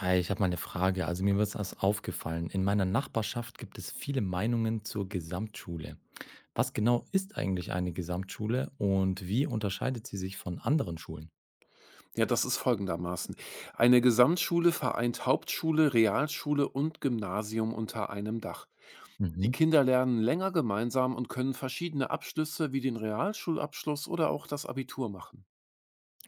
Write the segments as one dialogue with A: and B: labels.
A: Hi, ich habe mal eine Frage. Also mir ist das aufgefallen. In meiner Nachbarschaft gibt es viele Meinungen zur Gesamtschule. Was genau ist eigentlich eine Gesamtschule und wie unterscheidet sie sich von anderen Schulen?
B: Ja, das ist folgendermaßen. Eine Gesamtschule vereint Hauptschule, Realschule und Gymnasium unter einem Dach. Die
A: Mhm.
B: Kinder lernen länger gemeinsam und können verschiedene Abschlüsse wie den Realschulabschluss oder auch das Abitur machen.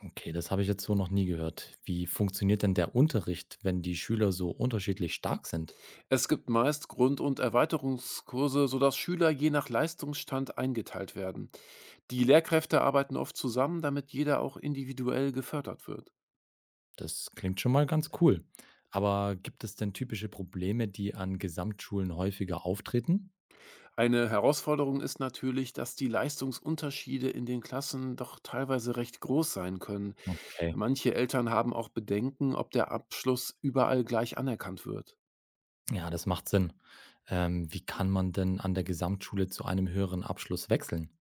A: Okay, das habe ich jetzt so noch nie gehört. Wie funktioniert denn der Unterricht, wenn die Schüler so unterschiedlich stark sind?
B: Es gibt meist Grund- und Erweiterungskurse, sodass Schüler je nach Leistungsstand eingeteilt werden. Die Lehrkräfte arbeiten oft zusammen, damit jeder auch individuell gefördert wird.
A: Das klingt schon mal ganz cool. Aber gibt es denn typische Probleme, die an Gesamtschulen häufiger auftreten?
B: Eine Herausforderung ist natürlich, dass die Leistungsunterschiede in den Klassen doch teilweise recht groß sein können.
A: Okay.
B: Manche Eltern haben auch Bedenken, ob der Abschluss überall gleich anerkannt wird.
A: Ja, das macht Sinn. Wie kann man denn an der Gesamtschule zu einem höheren Abschluss wechseln?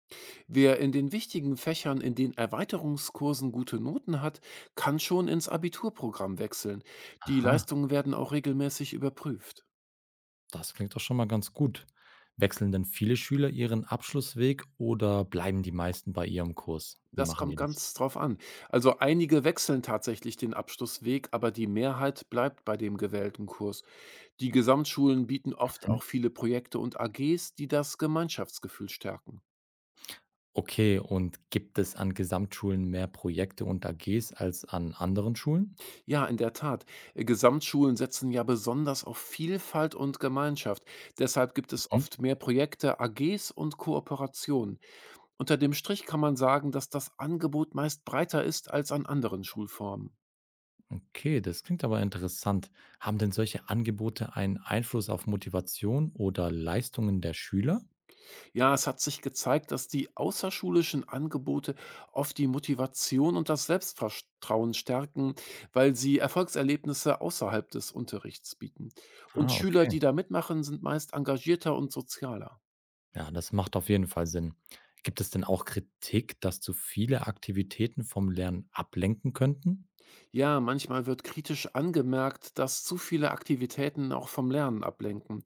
B: Wer in den wichtigen Fächern in den Erweiterungskursen gute Noten hat, kann schon ins Abiturprogramm wechseln. Die
A: Aha.
B: Leistungen werden auch regelmäßig überprüft.
A: Das klingt doch schon mal ganz gut. Wechseln denn viele Schüler ihren Abschlussweg oder bleiben die meisten bei ihrem Kurs? Wie
B: Das
A: machen
B: kommt
A: die das?
B: ganz drauf an. Also einige wechseln tatsächlich den Abschlussweg, aber die Mehrheit bleibt bei dem gewählten Kurs. Die Gesamtschulen bieten oft
A: Mhm.
B: auch viele Projekte und AGs, die das Gemeinschaftsgefühl stärken.
A: Okay, und gibt es an Gesamtschulen mehr Projekte und AGs als an anderen Schulen?
B: Ja, in der Tat. Gesamtschulen setzen ja besonders auf Vielfalt und Gemeinschaft. Deshalb gibt es
A: Mhm.
B: oft mehr Projekte, AGs und Kooperationen. Unter dem Strich kann man sagen, dass das Angebot meist breiter ist als an anderen Schulformen.
A: Okay, das klingt aber interessant. Haben denn solche Angebote einen Einfluss auf Motivation oder Leistungen der Schüler?
B: Ja, es hat sich gezeigt, dass die außerschulischen Angebote oft die Motivation und das Selbstvertrauen stärken, weil sie Erfolgserlebnisse außerhalb des Unterrichts bieten. Und
A: Ah,
B: Schüler, die
A: okay.
B: da mitmachen, sind meist engagierter und sozialer.
A: Ja, das macht auf jeden Fall Sinn. Gibt es denn auch Kritik, dass zu viele Aktivitäten vom Lernen ablenken könnten?
B: Ja, manchmal wird kritisch angemerkt, dass zu viele Aktivitäten auch vom Lernen ablenken.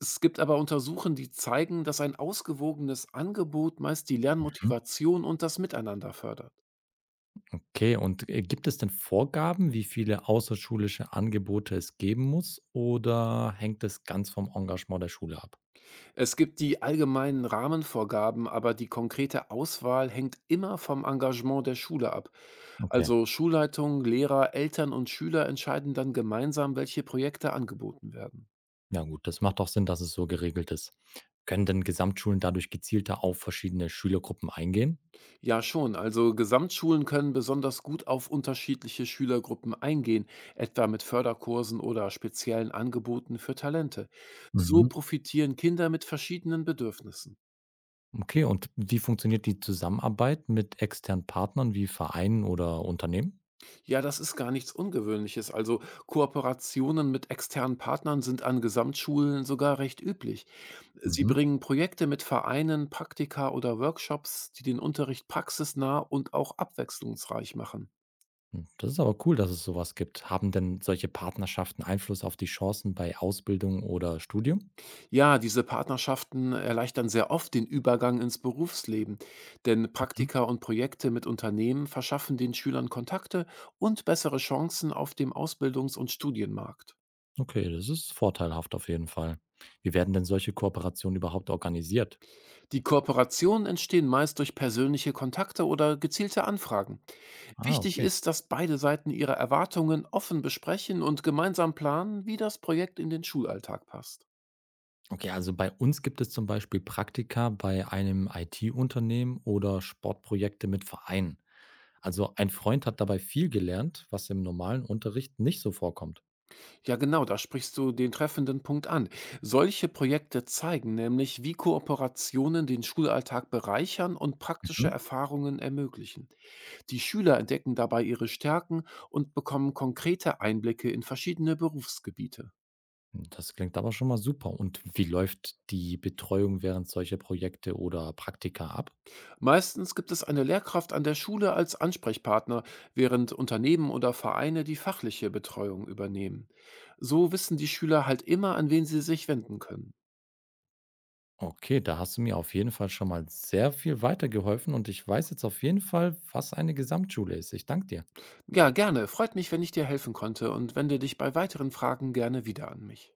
B: Es gibt aber Untersuchungen, die zeigen, dass ein ausgewogenes Angebot meist die
A: Mhm.
B: Lernmotivation und das Miteinander fördert.
A: Okay, und gibt es denn Vorgaben, wie viele außerschulische Angebote es geben muss oder hängt es ganz vom Engagement der Schule ab?
B: Es gibt die allgemeinen Rahmenvorgaben, aber die konkrete Auswahl hängt immer vom Engagement der Schule ab.
A: Okay.
B: Also Schulleitung, Lehrer, Eltern und Schüler entscheiden dann gemeinsam, welche Projekte angeboten werden.
A: Ja gut, das macht auch Sinn, dass es so geregelt ist. Können denn Gesamtschulen dadurch gezielter auf verschiedene Schülergruppen eingehen?
B: Ja, schon. Also Gesamtschulen können besonders gut auf unterschiedliche Schülergruppen eingehen, etwa mit Förderkursen oder speziellen Angeboten für Talente. So
A: Mhm.
B: profitieren Kinder mit verschiedenen Bedürfnissen.
A: Okay, und wie funktioniert die Zusammenarbeit mit externen Partnern wie Vereinen oder Unternehmen?
B: Ja, das ist gar nichts Ungewöhnliches. Also Kooperationen mit externen Partnern sind an Gesamtschulen sogar recht üblich. Sie
A: Mhm.
B: bringen Projekte mit Vereinen, Praktika oder Workshops, die den Unterricht praxisnah und auch abwechslungsreich machen.
A: Hm, das ist aber cool, dass es sowas gibt. Haben denn solche Partnerschaften Einfluss auf die Chancen bei Ausbildung oder Studium?
B: Ja, diese Partnerschaften erleichtern sehr oft den Übergang ins Berufsleben, denn
A: Mhm.
B: Praktika und Projekte mit Unternehmen verschaffen den Schülern Kontakte und bessere Chancen auf dem Ausbildungs- und Studienmarkt.
A: Okay, das ist vorteilhaft auf jeden Fall. Wie werden denn solche Kooperationen überhaupt organisiert?
B: Die Kooperationen entstehen meist durch persönliche Kontakte oder gezielte Anfragen.
A: Ah,
B: Wichtig
A: okay.
B: ist, dass beide Seiten ihre Erwartungen offen besprechen und gemeinsam planen, wie das Projekt in den Schulalltag passt.
A: Okay, also bei uns gibt es zum Beispiel Praktika bei einem IT-Unternehmen oder Sportprojekte mit Vereinen. Also ein Freund hat dabei viel gelernt, was im normalen Unterricht nicht so vorkommt.
B: Ja, genau, da sprichst du den treffenden Punkt an. Solche Projekte zeigen nämlich, wie Kooperationen den Schulalltag bereichern und
A: Mhm.
B: praktische Erfahrungen ermöglichen. Die Schüler entdecken dabei ihre Stärken und bekommen konkrete Einblicke in verschiedene Berufsgebiete.
A: Das klingt aber schon mal super. Und wie läuft die Betreuung während solcher Projekte oder Praktika ab?
B: Meistens gibt es eine Lehrkraft an der Schule als Ansprechpartner, während Unternehmen oder Vereine die fachliche Betreuung übernehmen. So wissen die Schüler halt immer, an wen sie sich wenden können.
A: Okay, da hast du mir auf jeden Fall schon mal sehr viel weitergeholfen und ich weiß jetzt auf jeden Fall, was eine Gesamtschule ist. Ich danke dir.
B: Ja, gerne. Freut mich, wenn ich dir helfen konnte und wende dich bei weiteren Fragen gerne wieder an mich.